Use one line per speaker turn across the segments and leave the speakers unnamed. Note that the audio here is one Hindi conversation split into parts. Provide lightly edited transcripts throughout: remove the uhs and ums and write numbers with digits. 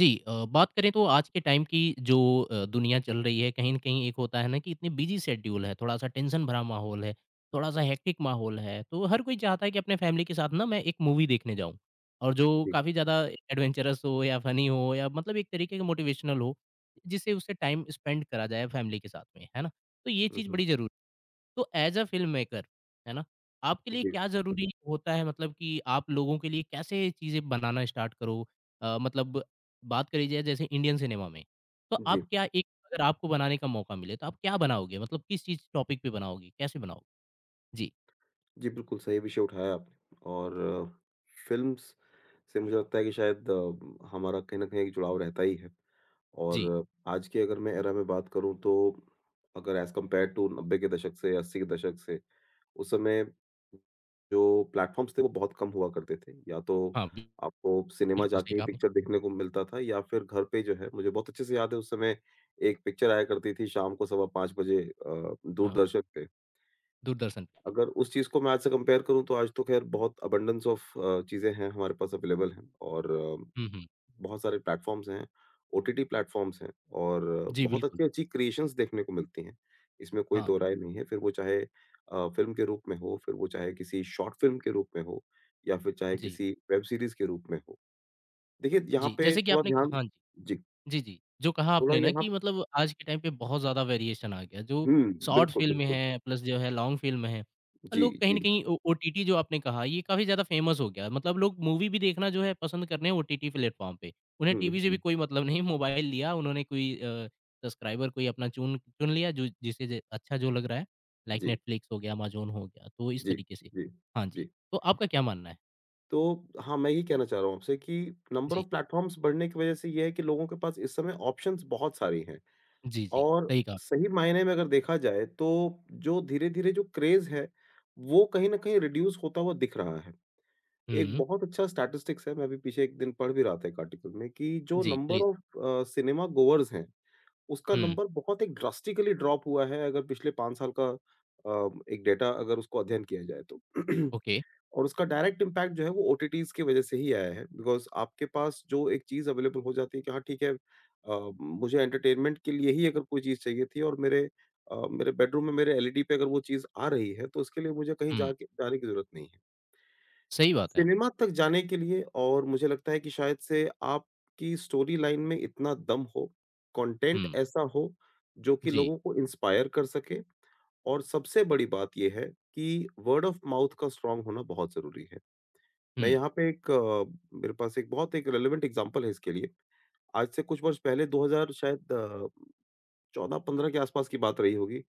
जी बात करें तो आज के टाइम की जो दुनिया चल रही है कहीं न कहीं एक होता है ना कि इतनी बिजी शेड्यूल है, थोड़ा-सा टेंशन भरा माहौल है, थोड़ा-सा हेक्टिक माहौल है, तो हर कोई चाहता है कि अपने फैमिली के साथ ना मैं एक मूवी देखने जाऊँ। और जो
जी,
काफ़ी ज़्यादा एडवेंचरस हो या फ़नी हो या मतलब एक तरीके के मोटिवेशनल हो, जिससे उससे टाइम स्पेंड करा जाए फैमिली के साथ में, है ना? तो ये
हुँ,
चीज़
हुँ।
बड़ी ज़रूरी। तो एज़ अ फ़िल्म मेकर, है ना? आपके लिए
जी,
क्या ज़रूरी होता है मतलब कि आप लोगों के लिए कैसे चीज़ें बनाना स्टार्ट करो? मतलब बात करी जाए जैसे इंडियन सिनेमा में, तो
जी,
आप क्या एक अगर आपको बनाने का मौका मिले तो आप क्या बनाओगे? मतलब किस चीज़ टॉपिक पे बनाओगे? कैसे बनाओगे? जी,
जी, बिल्कुल सही विषय उठाया आपने। और फ़िल्म्स से मुझे लगता है कि शायद हमारा कहीं न कहीं एक जुड़ाव रहता ही है। और
जी।
आज के अगर मैं एरा में बात करूँ तो अगर ऐज़ कम्पेयर टू 90 के दशक से 80 के दशक से, उस समय जो प्लेटफ़ॉर्म्स थे वो बहुत कम हुआ करते थे। या तो
हाँ,
आपको सिनेमा
बिल्कुल सही
जाके ही
कहा आपने।
पिक्चर देखने को मिलता था या फिर घर पे जो है मुझे बहुत अच्छे से याद है उस समय एक पिक्चर आया करती थी शाम को सवा 5 बजे
हाँ,
दूरदर्शन पे।
दूरदर्शन पे।
अगर उस चीज़ को मैं आज से कंपेयर करूँ तो आज तो ख़ैर बहुत अबंडेंस ऑफ चीज़ें हैं हमारे पास अवेलेबल हैं और
हुँ, हुँ।
बहुत सारे प्लेटफ़ॉर्म्स हैं, ओटीटी प्लेटफ़ॉर्म्स हैं और
जी,
बहुत
बिल्कुल।
अच्छी-अच्छी क्रिएशंस देखने को मिलती हैं। इसमें कोई
हाँ,
दो राय नहीं है, फिर वो चाहे फ़िल्म के रूप में हो, फिर वो चाहे किसी शॉर्ट फ़िल्म के रूप में हो या फिर चाहे
जी,
किसी वेब सीरीज़ के रूप में हो। देखिए, यहाँ
जी।
पे
जैसे कि
थोड़ा
आपने
ध्यान।
हाँ जी।
जी,
जी, जी। जो कहा
थोड़ा
आपने ना
यहाँ।
कि मतलब आज के टाइम पे बहुत ज़्यादा वेरिएशन आ गया, जो
हुँ,
शॉर्ट
बिल्कुल,
फ़िल्म
बिल्कुल।
है प्लस जो है लॉन्ग फ़िल्म है।
जी,
लोग कहीं
जी।
न कहीं ओ ओटीटी जो आपने कहा ये काफ़ी ज़्यादा फ़ेमस हो गया। मतलब लोग मूवी भी देखना जो है पसंद कर रहे हैं ओटीटी प्लेटफ़ॉर्म पे। उन्हें
हुँ, हुँ,
टीवी से भी
हुँ।
कोई मतलब नहीं, मोबाइल लिया उन्होंने कोई सब्सक्राइबर कोई अपना चुन चुन लिया जो जिसे ज अच्छा जो लग रहा है, लाइक
जी,
नेटफ्लिक्स हो गया, अमेज़न हो गया, तो इस
जी,
तरीके से।
जी,
हाँ जी,
जी।
तो आपका क्या मानना है?
तो हाँ, मैं ये कहना चाह रहा हूँ आपसे कि नंबर
जी।
ऑफ प्लेटफ़ॉर्म्स बढ़ने की वज़ह से ये है कि लोगों के पास इस समय ऑप्शंस बहुत सारी हैं।
जी, जी,
और
सही कहा।
सही मायने में अगर देखा जाए तो जो धीरे-धीरे जो क्रेज़ है, वो कहीं न कहीं रिड्यूस होता हुआ दिख रहा है। एक
हुँ,
बहुत अच्छा स्टैटिस्टिक्स है, मैं अभी पीछे एक दिन पढ़ भी रहा था एक आर्टिकल में कि जो
जी,
नंबर
प्लीज़।
ऑफ सिनेमा गोवर्स हैं, उसका
हुँ,
नंबर बहुत एक ड्रास्टिकली ड्रॉप हुआ है अगर पिछले 5 साल का एक डेटा अगर उसको अध्ययन किया जाए तो।
ओके।
और उसका डायरेक्ट इम्पैक्ट जो है वो ओटीटीज़ की वज़ह से ही आया है बिकॉज़ आपके पास जो एक चीज़ अवेलेबल हो जाती है कि हाँ, ठीक है मुझे एंटरटेनमेंट के लिए ही अगर कोई चीज़ चाहिए थी और मेरे बेडरूम में मेरे एलईडी पे अगर वो चीज़ आ रही है, तो उसके लिए मुझे कहीं
हुँ।
जाके जाने की ज़रूरत नहीं है।
सही बात है।
सिनेमा तक जाने के लिए। और मुझे लगता है कि शायद से आपकी स्टोरी लाइन में इतना दम हो, कंटेंट
हुँ,
ऐसा हो जो कि
जी,
लोगों को इंस्पायर कर सके और सबसे बड़ी बात ये है कि वर्ड ऑफ माउथ का स्ट्रॉन्ग होना बहुत ज़रूरी है। मैं
हुँ,
यहाँ पे एक मेरे पास एक बहुत एक रेलेवेंट एग्जांपल है इसके लिए। आज से कुछ वर्ष पहले 2000 शायद 14-15 के आसपास की बात रही होगी।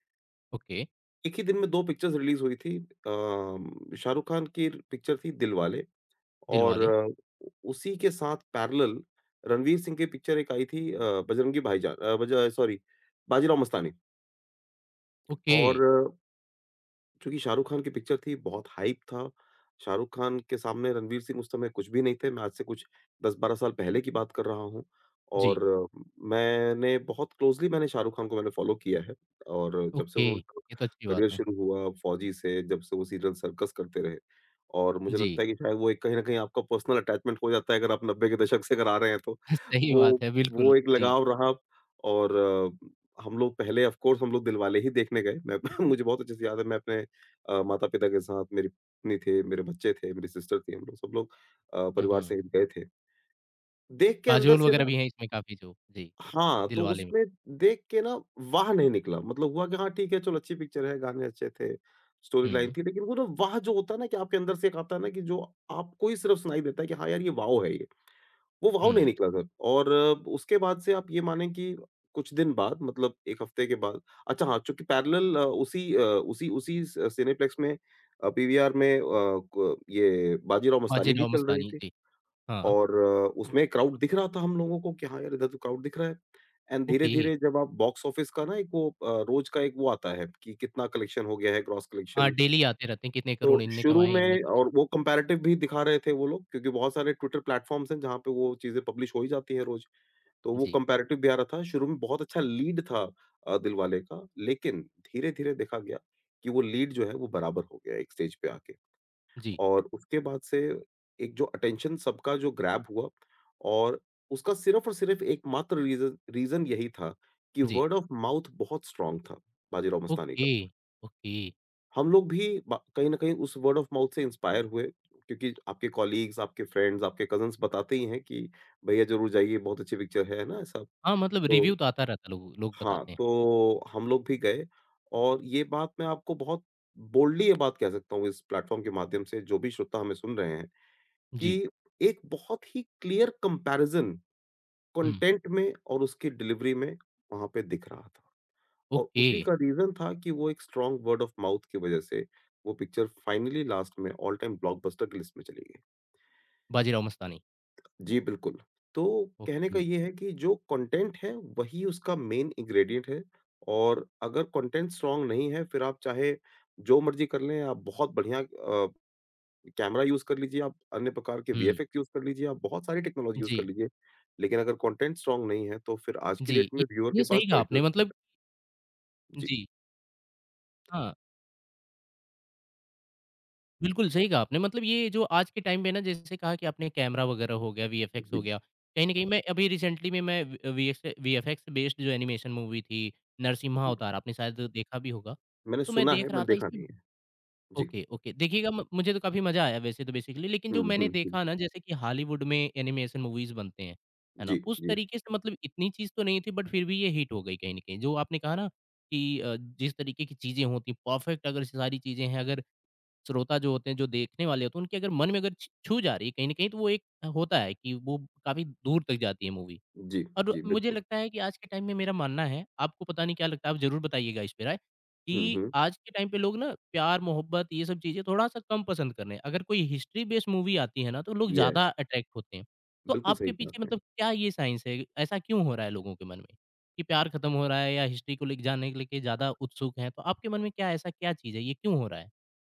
ओके,
एक ही दिन में 2 पिक्चर्स रिलीज़ हुई थी। शाहरुख खान की पिक्चर थी दिलवाले और
दिलवाले,
अ, उ उसी के साथ पैरेलल रणवीर सिंह की पिक्चर एक आई थी बजरंगी भाईजान अ, बज सॉरी बाजीराव मस्तानी।
ओके,
और चूँकि शाहरुख़ खान की पिक्चर थी, बहुत हाइप था। शाहरुख़ खान के सामने रणवीर सिंह उस समय कुछ भी नहीं थे। मैं आज से कुछ 10-12 साल पहले की बात कर रहा हूँ
जी,
और मैंने बहुत क्लोज़ली मैंने शाहरुख़ खान को मैंने फ़ॉलो किया है। और जब से
ओके,
उन्होंने
ये तो अच्छी बात
करियर
है।
शुरू हुआ फौजी से, जब से वो सीरियल सर्कस करते रहे और मुझे लगता
जी,
है कि शायद वो एक कहीं न कहीं आपका पर्सनल अटैचमेंट हो जाता है, अगर आप 90 के दशक से अगर आ रहे हैं तो।
सही
वो
बात है, बिल्कुल,
वो एक
जी,
लगाव रहा और हम लोग पहले ऑफ़ कोर्स हम लोग दिलवाले ही देखने गए। मैं मुझे बहुत अच्छे से याद है मैं अपने माता-पिता के साथ मेरी पत्नी थे, मेरे बच्चे थे, मेरी सिस्टर थी, हम लोग सब लोग
हुँ,
परिवार
हुँ,
सहित गए थे। देख के अंदर
काजोल
से
वगैरह
ना
भी हैं इसमें काफ़ी जो जी,
हाँ, तो
दिलवाले में,
उसमें देख के ना वाह! नहीं निकला। मतलब हुआ कि हाँ ठीक है, चलो अच्छी पिक्चर है, गाने अच्छे थे, स्टोरी लाइन
हुँ,
थी, लेकिन वो ना वाह! जो होता है ना कि आपके अंदर से एक आता है ना कि जो आपको ही सिर्फ़ सुनाई देता है कि हाँ यार, ये वाओ है ये। वो वाओ नहीं
हुँ,
निकला सर और उसके बाद से आप ये माने कि कुछ दिन बाद मतलब 1 हफ्ते के बाद अच्छा हाँ, चूँकि पैरेलल उसी अ, उसी उसी स सिनेप्लेक्स में पीवीआर में अ, क ये बाजीराव मस्तानी भी
बाजीराव
चल रही
मस्तानी,
थी।
जी, हाँ,
और उसमें क्राउड दिख रहा था हम लोगों को कि हाँ यार, इधर तो क्राउड दिख रहा है। एंड
ओके,
धीरे-धीरे जब आप बॉक्स ऑफिस का ना एक वो रोज़ का एक वो आता है कि कितना कलेक्शन हो गया है, ग्रॉस
हाँ,
कलेक्शन।
डेली आते रहते हैं, कितने
तो
करोड़ इनने
शुरू
कमाए, इनने
में और
कमाए।
वो कंपैरेटिव भी दिखा रहे थे वो लोग क्योंकि बहुत सारे ट्विटर प्लेटफॉर्म्स हैं, जहाँ पे वो चीज़ें पब्लिश हो ही जाती हैं रोज़। तो वो
जी,
कंपैरेटिव भी आ रहा था, शुरू में बहुत अच्छा लीड था दिलवाले का, लेकिन धीरे-धीरे देखा गया कि वो लीड जो है वो बराबर हो गया एक स्टेज पे आके।
जी,
और उसके बाद से एक जो अटेंशन सबका जो ग्रैब हुआ और उसका सिर्फ़ और सिर्फ़ एकमात्र रीज़न रीज़न यही था कि
जी,
वर्ड ऑफ माउथ बहुत स्ट्रॉन्ग था, बाजीराव मस्तानी
ओके,
का।
ओके,
हम लोग भी बा कहीं न कहीं उस वर्ड ऑफ माउथ से इंस्पायर हुए क्योंकि आपके कॉलीग्स, आपके फ्रेंड्स, आपके कज़िन्स बताते ही हैं कि भैया ज़रूर जाइए, बहुत अच्छी पिक्चर है ना? ऐसा।
हाँ, मतलब
तो
रिव्यू तो आता रहता है, लोग लोग
हाँ,
बताते हैं।
तो हम लोग भी गए और ये बात मैं आपको बहुत बोल्डली ये बात कह सकता हूँ इस प्लेटफ़ॉर्म के माध्यम से जो भी श्रोता हमें सुन रहे हैं,
जी,
कि एक बहुत ही क्लियर कंपैरिज़न
हुँ,
कंटेंट में और उसकी डिलीवरी में वहाँ पे दिख रहा था। और
ओके,
उसी का रीज़न था कि वो एक स्ट्रॉन्ग वर्ड ऑफ माउथ की वज़ह से वो पिक्चर फाइनली लास्ट में ऑल टाइम ब्लॉकबस्टर की लिस्ट में चली गई।
बाजीराव मस्तानी,
जी, बिल्कुल। तो कहने का
ओके,
ये है कि जो कंटेंट है वही उसका मेन इंग्रेडिएंट है और अगर कंटेंट स्ट्रॉन्ग नहीं है फिर आप चाहे जो मर्ज़ी कर लें, आप बहुत बढ़िया कैमरा यूज़ कर लीजिए, आप अन्य प्रकार के
हुँ,
वीएफएक्स यूज़ कर लीजिए, आप बहुत सारी टेक्नोलॉजी यूज़ कर
जी।
लीजिए। लेकिन अगर कंटेंट स्ट्रॉन्ग नहीं है तो फिर आज की
जी,
डेट में व्यूअर के
ये
पास
सही कहा आपने
चॉइसेस बहुत
मतलब
है। जी,
जी, हाँ, बिल्कुल सही कहा आपने मतलब ये जो आज के टाइम पे ना जैसे कहा कि आपने कैमरा वगैरह हो गया, वीएफएक्स हो
जी,
गया, कहीं न कहीं मैं अभी रिसेंटली में मैं वी वीएस वीएफएक्स बेस्ड जो एनिमेशन मूवी थी, नरसिम्हा
जी।
अवतार आपने शायद देखा भी होगा।
मैंने
तो मैं
सुना है,
देख रहा
मैंने
था
देखा
इसमें
नहीं है। जी।
Okay, okay. देखिएगा म मुझे तो काफ़ी मज़ा आया वैसे तो बेसिकली लेकिन
हुँ,
जो मैंने
हुँ, हुँ।
देखा ना जैसे कि हॉलीवुड में एनिमेशन मूवीज़ बनते हैं, है ना?
जी,
उस
जी,
तरीके से मतलब इतनी चीज़ तो नहीं थी बट फिर भी ये हिट हो गई कहीं न कहीं। जो आपने कहा ना कि जिस तरीके की चीज़ें होती हैं परफेक्ट अगर सारी चीज़ें हैं, अगर श्रोता जो होते हैं, जो देखने वाले होते हैं, उनके अगर मन में अगर छ छू जा रही है कहीं न कहीं तो वो एक होता है कि वो काफ़ी दूर तक जाती है मूवी।
जी,
और
जी,
मुझे
बिल्कुल।
लगता है कि आज के टाइम में मेरा मानना है, आपको पता नहीं क्या लगता है, आप ज़रूर बताइएगा इस पे राय,
हुँ,
कि
हुँ।
आज के टाइम पे लोग ना प्यार, मोहब्बत ये सब चीज़ें थोड़ा-सा कम पसंद कर रहे हैं। अगर कोई हिस्ट्री बेस्ड मूवी आती है ना, तो लोग ज़्यादा
यस,
अट्रैक्ट होते हैं। तो
बिल्कुल सही
आपके
कहा
पीछे
आपने।
मतलब क्या ये साइंस है? ऐसा क्यों हो रहा है लोगों के मन में, कि प्यार खत्म हो रहा है या हिस्ट्री को ले जाने के लेके ज़्यादा उत्सुक हैं? तो आपके मन में क्या ऐसा क्या चीज़ है, ये क्यों हो रहा है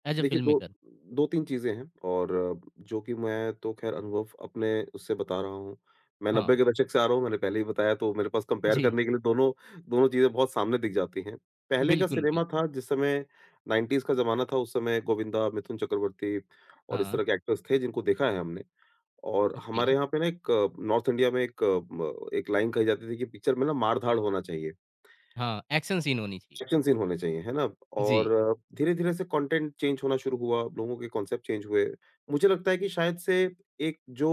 एज़ अ
देखिए,
फ़िल्म
2
मेकर?
2-3 चीज़ें हैं और जो कि मैं तो ख़ैर अनुभव अपने उससे बता रहा हूँ। मैं
हाँ,
90 के दशक से आ रहा हूँ, मैंने पहले ही बताया तो मेरे पास कंपेयर
जी।
करने के लिए दोनों दोनों चीज़ें बहुत सामने दिख जाती हैं। पहले का
बिल्कुल,
सिनेमा
बिल्कुल।
था जिस समय 90s का ज़माना था, उस समय गोविंदा, मिथुन चक्रवर्ती और इस
हाँ,
तरह के एक्टर्स थे जिनको देखा है हमने। और
ओके।
हमारे यहाँ पे ना एक नॉर्थ इंडिया में एक अ, म एक लाइन कही जाती थी कि पिक्चर में ना मार-धाड़ होना चाहिए।
हाँ, एक्शन सीन होनी चाहिए।
एक्शन सीन होने चाहिए, है ना?
जी,
और धीरे-धीरे से कंटेंट चेंज होना शुरू हुआ, लोगों के कॉन्सेप्ट चेंज हुए। मुझे लगता है कि शायद से एक जो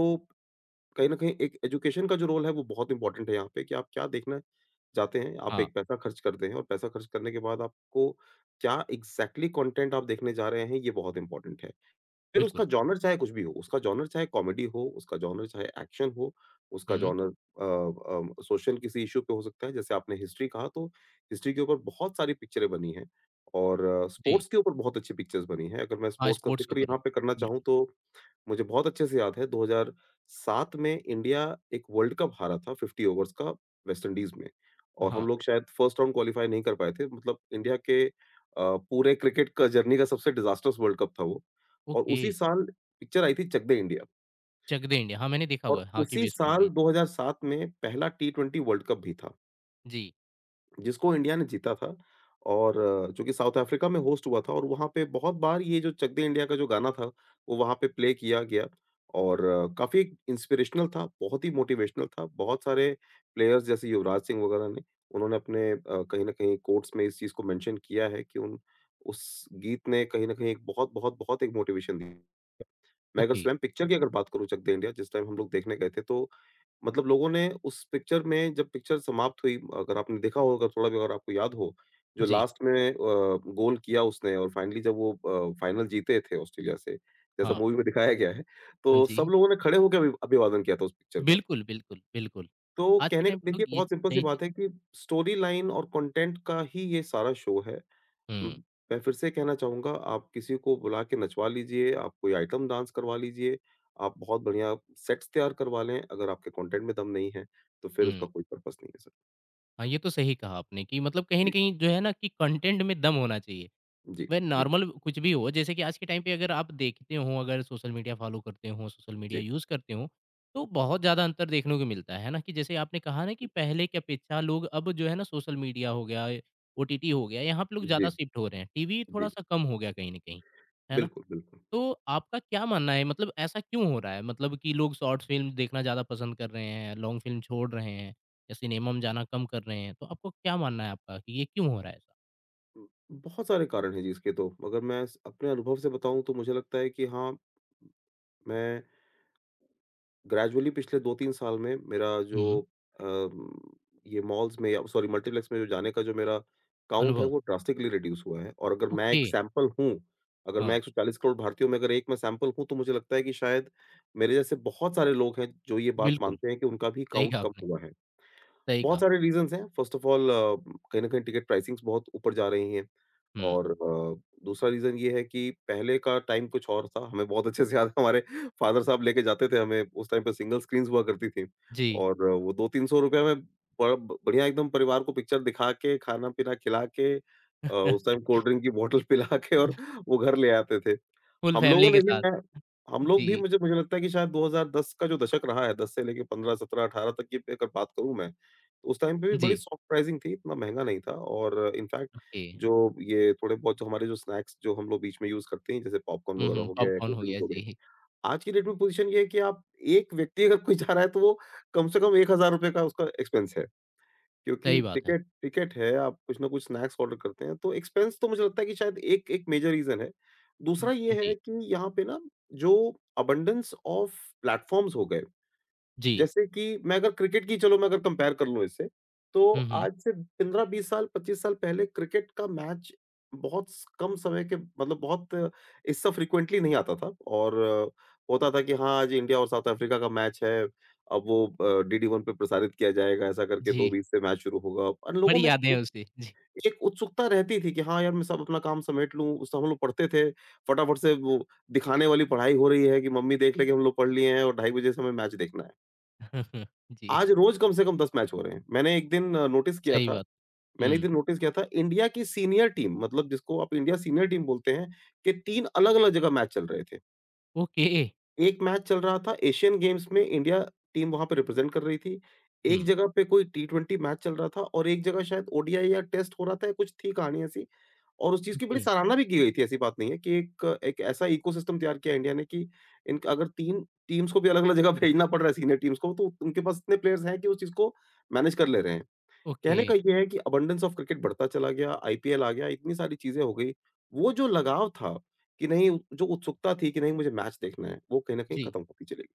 कहीं न कहीं एक एजुकेशन का जो रोल है वो बहुत इम्पोर्टेंट है यहाँ पे कि आप क्या देखना चाहते हैं, आप
हाँ,
एक पैसा खर्च करते हैं और पैसा खर्च करने के बाद आपको क्या एग्ज़ैक्टली कंटेंट आप देखने जा रहे हैं, ये बहुत इम्पोर्टेंट है। फिर उसका
बिल्कुल।
जॉनर चाहे कुछ भी हो, उसका जॉनर चाहे कॉमेडी हो, उसका जॉनर चाहे एक्शन हो, उसका
हुँ।
जॉनर सोशल किसी इश्यू पे हो सकता है, जैसे आपने हिस्ट्री कहा तो हिस्ट्री के ऊपर बहुत सारी पिक्चरें बनी हैं और
जी।
स्पोर्ट्स के ऊपर बहुत अच्छी पिक्चर्स बनी हैं। अगर मैं
हाँ,
स्पोर्ट्स का
स्पोर्ट्स के
ज़िक्र
ऊपर है।
यहाँ पे करना चाहूँ
बिल्कुल,
तो मुझे बहुत अच्छे से याद है 2007 में इंडिया एक वर्ल्ड कप हारा था 50 ओवर्स का वेस्ट इंडीज में। और हम
हाँ,
लोग शायद फर्स्ट राउंड क्वालीफाई नहीं कर पाए थे मतलब इंडिया के पूरे क्रिकेट का जर्नी का सबसे डिजास्टर्स वर्ल्ड कप था वो। और
ओके,
उसी साल पिक्चर आई थी चक दे इंडिया
चक दे इंडिया, हाँ, मैंने देखा
और
हुआ है, हाँ, की
उसी
बेस पे
साल
मूवी थी।
2007 में पहला T20 वर्ल्ड कप भी था
जी,
जिसको इंडिया ने जीता था और जो कि साउथ अफ्रीका में होस्ट हुआ था और वहाँ पे बहुत बार ये जो चक दे इंडिया का जो गाना था, वो वहाँ पे प्ले किया गया और काफ़ी इंस्पिरेशनल था, बहुत ही मोटिवेशनल था। बहुत सारे प्लेयर्स जैसे युवराज सिंह वगैरह ने उन्होंने अपने कहीं न कहीं कोट्स में इस चीज़ को मेंशन किया है कि उन उस गीत ने कहीं न कहीं एक बहुत, बहुत, बहुत एक मोटिवेशन दी। मैं अगर
ओके,
स्वयं पिक्चर की अगर बात करूँ चक दे इंडिया जिस टाइम हम लोग देखने गए थे तो मतलब लोगों ने उस पिक्चर में जब पिक्चर समाप्त हुई, अगर आपने देखा हो, अगर थोड़ा भी अगर आपको याद हो, जो
जी,
लास्ट में गोल किया उसने और फाइनली जब वो फाइनल जीते थे ऑस्ट्रेलिया से, जैसा
हाँ,
मूवी में दिखाया गया है,
हाँ
तो सब
जी।
लोगों ने खड़े होके अभिवादन किया था उस पिक्चर का।
बिल्कुल, बिल्कुल, बिल्कुल।
तो
आज के
कहने का
टाइम पे लोग
देखिए
ये
बहुत सिंपल सी
सही चीज़।
बात है कि स्टोरी लाइन और कंटेंट का ही ये सारा शो है। उम,
हुँ,
मैं फिर से कहना चाहूँगा आप किसी को बुला के नचवा लीजिए, आप कोई आइटम डांस करवा लीजिए, आप बहुत बढ़िया सेट्स तैयार करवा लें, अगर आपके कंटेंट में दम नहीं है, तो फिर उसका
हुँ।
कोई पर्पज़ नहीं है सर।
हाँ, ये तो सही कहा आपने कि मतलब कहीं न
जी,
कहीं जो है ना कि कंटेंट में दम होना चाहिए।
जी,
वह
जी,
नॉर्मल कुछ भी हो, जैसे कि आज के टाइम पे अगर आप देखते हो, अगर सोशल मीडिया फॉलो करते हो, सोशल मीडिया
जी।
यूज़ करते हो, तो बहुत ज़्यादा अंतर देखने को मिलता है ना कि जैसे आपने कहा ना कि पहले की अपेक्षा लोग अब जो है ना सोशल मीडिया हो गया, ओटीटी हो गया, यहाँ पे लोग
जी,
ज़्यादा शिफ्ट हो रहे हैं। टीवी
जी।
थोड़ा-सा कम हो गया कहीं न कहीं, है ना?
बिल्कुल, बिल्कुल।
तो आपका क्या मानना है मतलब ऐसा क्यों हो रहा है? मतलब कि लोग शॉर्ट फ़िल्म देखना ज़्यादा पसंद कर रहे हैं, लॉन्ग फ़िल्म छोड़ रहे हैं या सिनेमा में जाना कम कर रहे हैं। तो आपको क्या मानना है आपका कि ये क्यों हो रहा है ऐसा?
उम, बहुत सारे कारण हैं जी इसके तो, मगर मैं स अपने अनुभव से बताऊँ तो मुझे लगता है कि हाँ, मैं ग्रेजुअली पिछले 2-3 साल में
हुँ,
अम, ये मॉल्स में या सॉरी मल्टीप्लेक्स में जो जाने का जो मेरा काउंट है
अनुभव।
वो ड्रास्टिकली रिड्यूस हुआ है और अगर मैं
ओके,
एक सैंपल हूँ, अगर मैं
हाँ।
140 करोड़ भारतीयों में अगर एक मैं सैंपल हूँ तो मुझे लगता है कि शायद मेरे जैसे बहुत सारे लोग हैं जो ये बात
बिल्कुल,
मानते हैं कि उनका भी
सही
काउंट
कहा
कम
आपने,
हुआ है।
सही
बहुत
कहा।
सारे रीज़न्स हैं। फ़र्स्ट ऑफ ऑल कहीं न कहीं टिकट प्राइसिंग्स बहुत ऊपर जा रही हैं
हुँ,
और दूसरा रीज़न ये है कि पहले का टाइम कुछ और था। हमें बहुत अच्छे से याद है हमारे फ़ादर साहब लेके जाते थे हमें, उस टाइम पे सिंगल स्क्रीन्स हुआ करती थी
जी,
और वो ₹200-300 में बड़ा बढ़िया एकदम परिवार को पिक्चर दिखा के, खाना-पीना खिला के उस टाइम कोल्ड ड्रिंक की बॉटल पिला के और वो घर ले आते थे।
फुल
हम लोगों
फैमिली
ने
के
भी
साथ।
मैं हम लोग भी
जी,
मुझे मुझे लगता है कि शायद 2010 का जो दशक रहा है, 10 से लेके 15, 17, 18 तक की अगर बात करूँ मैं उस टाइम पे भी बड़ी
जी,
सॉफ्ट प्राइसिंग थी, इतना महँगा नहीं था और इनफैक्ट
ओके।
जो ये थोड़े बहुत जो हमारे जो स्नैक्स जो हम लोग बीच में यूज़ करते हैं, जैसे पॉपकॉर्न
हुँ,
वगैरह
हुँ,
हो गया या
पॉपकॉर्न
कोल्ड
हो
ड्रिंक्स
गया,
हो गए।
जी,
आज की डेट में पोज़ीशन ये है कि आप एक व्यक्ति अगर कोई जा रहा है तो वो कम से कम ₹1000 का उसका एक्सपेंस है, क्योंकि
सही बात है।
टिकट टिकट है, आप कुछ ना कुछ स्नैक्स ऑर्डर करते हैं, तो एक्सपेंस तो मुझे लगता है कि शायद एक एक मेजर रीज़न है। दूसरा
हुँ,
ये है
जी,
कि यहाँ पे ना जो अबंडेंस ऑफ प्लेटफ़ॉर्म्स हो गए
जी,
जैसे कि मैं अगर क्रिकेट की चलो मैं अगर कंपेयर कर लूँ इससे, तो
हुँ, हुँ,
आज से 15-20 साल, 25 साल पहले क्रिकेट का मैच बहुत स कम समय के मतलब बहुत इस सब फ्रीक्वेंटली नहीं आता था और होता था कि हाँ, आज इंडिया और साउथ अफ्रीका का मैच है, अब वो डीडी वन पे प्रसारित किया जाएगा, ऐसा करके 2
जी,
बीस से मैच शुरू होगा और लोगों
बड़ी
में
यादें
उ
हैं उससे। जी,
एक उत्सुकता रहती थी कि हाँ, यार मैं सब अपना काम समेट लूँ, उस समय हम लोग पढ़ते थे, फटाफट से वो दिखाने वाली पढ़ाई हो रही है कि मम्मी देख ले कि हम लोग पढ़ लिए हैं और 2:30 बजे से हमें मैच देखना है।
जी,
आज रोज कम से कम 10 मैच हो रहे हैं। नोटिस किया
सही
था
बात।
मैंने एक
हुँ,
दिन नोटिस किया था इंडिया की सीनियर टीम मतलब जिसको आप इंडिया सीनियर टीम बोलते हैं के 3 अलग-अलग जगह मैच चल रहे थे।
ओके,
एक मैच चल रहा था एशियन गेम्स में इंडिया टीम वहाँ पे रिप्रेजेंट कर रही थी। एक
हुँ,
जगह पे कोई टी-20 मैच चल रहा था और एक जगह शायद ओडीआई या टेस्ट हो रहा था या कुछ थी कहानी ऐसी। और उस चीज़ की बड़ी
ओके,
सराहना भी की गई थी, ऐसी बात नहीं है कि एक एक ऐसा इकोसिस्टम तैयार किया इंडिया ने कि इनका अगर 3 टीम्स को भी अलग-अलग जगह भेजना पड़ रहा है सीनियर टीम्स को, तो उनके पास इतने प्लेयर्स हैं कि उस चीज़ को मैनेज कर ले रहे हैं।
ओके,
कहने का ये है कि अबंडेंस ऑफ क्रिकेट बढ़ता चला गया, आईपीएल आ गया, इतनी सारी चीज़ें हो गई। वो जो लगाव था कि नहीं जो उत्सुकता थी कि नहीं मुझे मैच देखना है, वो कहीं न कहीं
जी।
खत्म होती चली गई।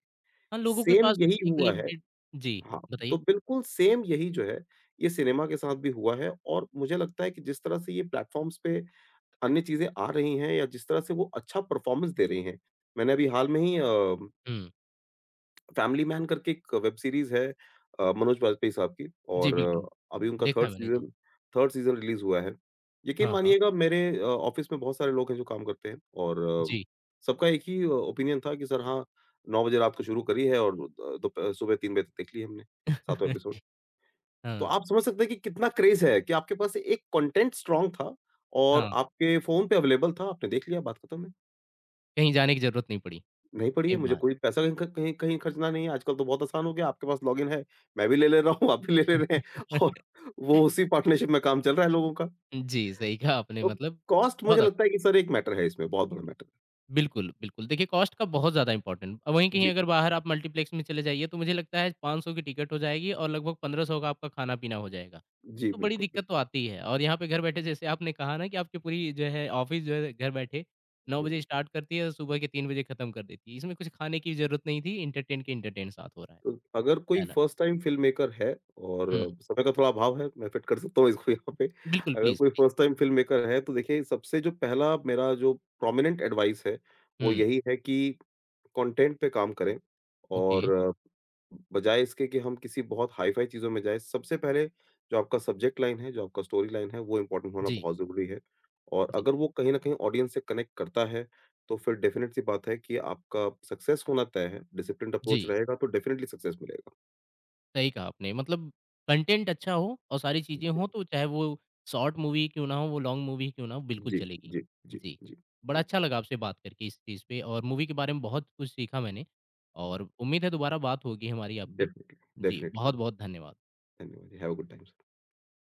हाँ, लोगों के
सेम
पास
यही
एक
हुआ है।
लिमिटेड जी,
हाँ, तो
बताइए?
बिल्कुल सेम यही जो है, ये सिनेमा के साथ भी हुआ है और मुझे लगता है कि जिस तरह से ये प्लेटफ़ॉर्म्स पे अन्य चीज़ें आ रही हैं या जिस तरह से वो अच्छा परफॉर्मेंस दे रही हैं। मैंने अभी हाल में ही
हुँ,
फैमिली मैन करके एक वेब सीरीज़ है मनोज वाजपेयी साहब की
जी,
और
बिल्कुल,
अभी उनका
देखा है
3rd
मैंने, जी।
सीज़न 3rd सीज़न रिलीज़ हुआ है। यकीन
हाँ, हाँ,
मानिएगा मेरे ऑफ़िस में बहुत सारे लोग हैं जो काम करते हैं और अ,
जी।
सबका एक ही ओपिनियन था कि सर हाँ, 9 बजे रात को शुरू करी है और अ, दोप सुबह 3 बजे तक देख ली हमने, सातों एपिसोड। तो
हाँ,
आप समझ सकते हैं कि कितना क्रेज़ है कि आपके पास एक कंटेंट स्ट्रॉन्ग था और
हाँ,
आपके फ़ोन पे अवेलेबल था, आपने देख लिया, बात खत्म है।
कहीं जाने की ज़रूरत नहीं पड़ी,
नहीं पड़ी
सही
है, मुझे
बात।
कोई पैसा कहीं ख कहीं कहीं खर्चना नहीं है, आजकल तो बहुत आसान हो गया, आपके पास लॉगिन है, मैं भी ले ले रहा हूँ, आप भी ले ले रहे हैं और वो उसी पार्टनरशिप में काम चल रहा है लोगों का।
जी, सही कहा आपने
तो
मतलब
कॉस्ट मुझे
बहुत आसान।
लगता है कि सर एक मैटर है इसमें, बहुत बड़ा मैटर
बिल्कुल, बिल्कुल। देखिए कॉस्ट का बहुत ज़्यादा इम्पोर्टेंट वहीं
है।
कहीं
जी,
अगर बाहर आप मल्टीप्लेक्स में चले जाइए तो मुझे लगता है 500 की टिकट हो जाएगी और लगभग 1500 का आपका खाना-पीना हो जाएगा।
जी,
तो बड़ी
बिल्कुल,
दिक्कत तो
बिल्कुल।
आती ही है और यहाँ पे घर बैठे जैसे आपने कहा ना कि आपकी पूरी जो है ऑफ़िस जो है घर बैठे 9
हुँ।
बजे स्टार्ट करती है और सुबह के 3 बजे खत्म कर देती है। इसमें कुछ खाने की ज़रूरत नहीं थी, एंटरटेन के एंटरटेन साथ हो रहा है।
तो अगर कोई
है ना?
फर्स्ट टाइम फ़िल्म मेकर है और
हुँ,
समय का थोड़ा अभाव है, मैं फिट कर सकता हूँ इसको यहाँ पे।
बिल्कुल
अगर
प्लीज़,
कोई
please.
First time film maker है, तो देखिए सबसे जो पहला मेरा जो प्रोमिनेंट एडवाइस है, वो
हुँ,
यही है कि कंटेंट पे काम करें
ओके।
और बजाय इसके कि हम किसी बहुत हाई-फाई चीज़ों में जाएँ, सबसे पहले जो आपका सब्जेक्ट लाइन है, जो आपका स्टोरी लाइन है, वो इम्पोर्टेंट होना
जी,
बहुत ज़रूरी है और
जी,
अगर वो कहीं न कहीं ऑडियंस से कनेक्ट करता है, तो फिर डेफ़िनेट सी बात है कि आपका सक्सेस होना तय है। डिसिप्लिन्ड अप्रोच
जी।
रहेगा तो डेफ़िनेटली सक्सेस मिलेगा।
सही कहा आपने। मतलब कंटेंट अच्छा हो और सारी चीज़ें हों तो चाहे वो शॉर्ट मूवी क्यों ना हो, वो लॉन्ग मूवी क्यों ना हो, बिल्कुल
जी,
चलेगी।
जी, जी,
जी,
जी,
बड़ा
जी।
अच्छा लगा आपसे बात करके इस चीज़ पे और मूवी के बारे में बहुत कुछ सीखा मैंने और उम्मीद है दोबारा बात होगी हमारी आपकी।
डेफ़िनेटली,
जी,
डेफ़िनेटली।
बहुत-बहुत धन्यवाद।
धन्यवाद जी। Have a good time sir.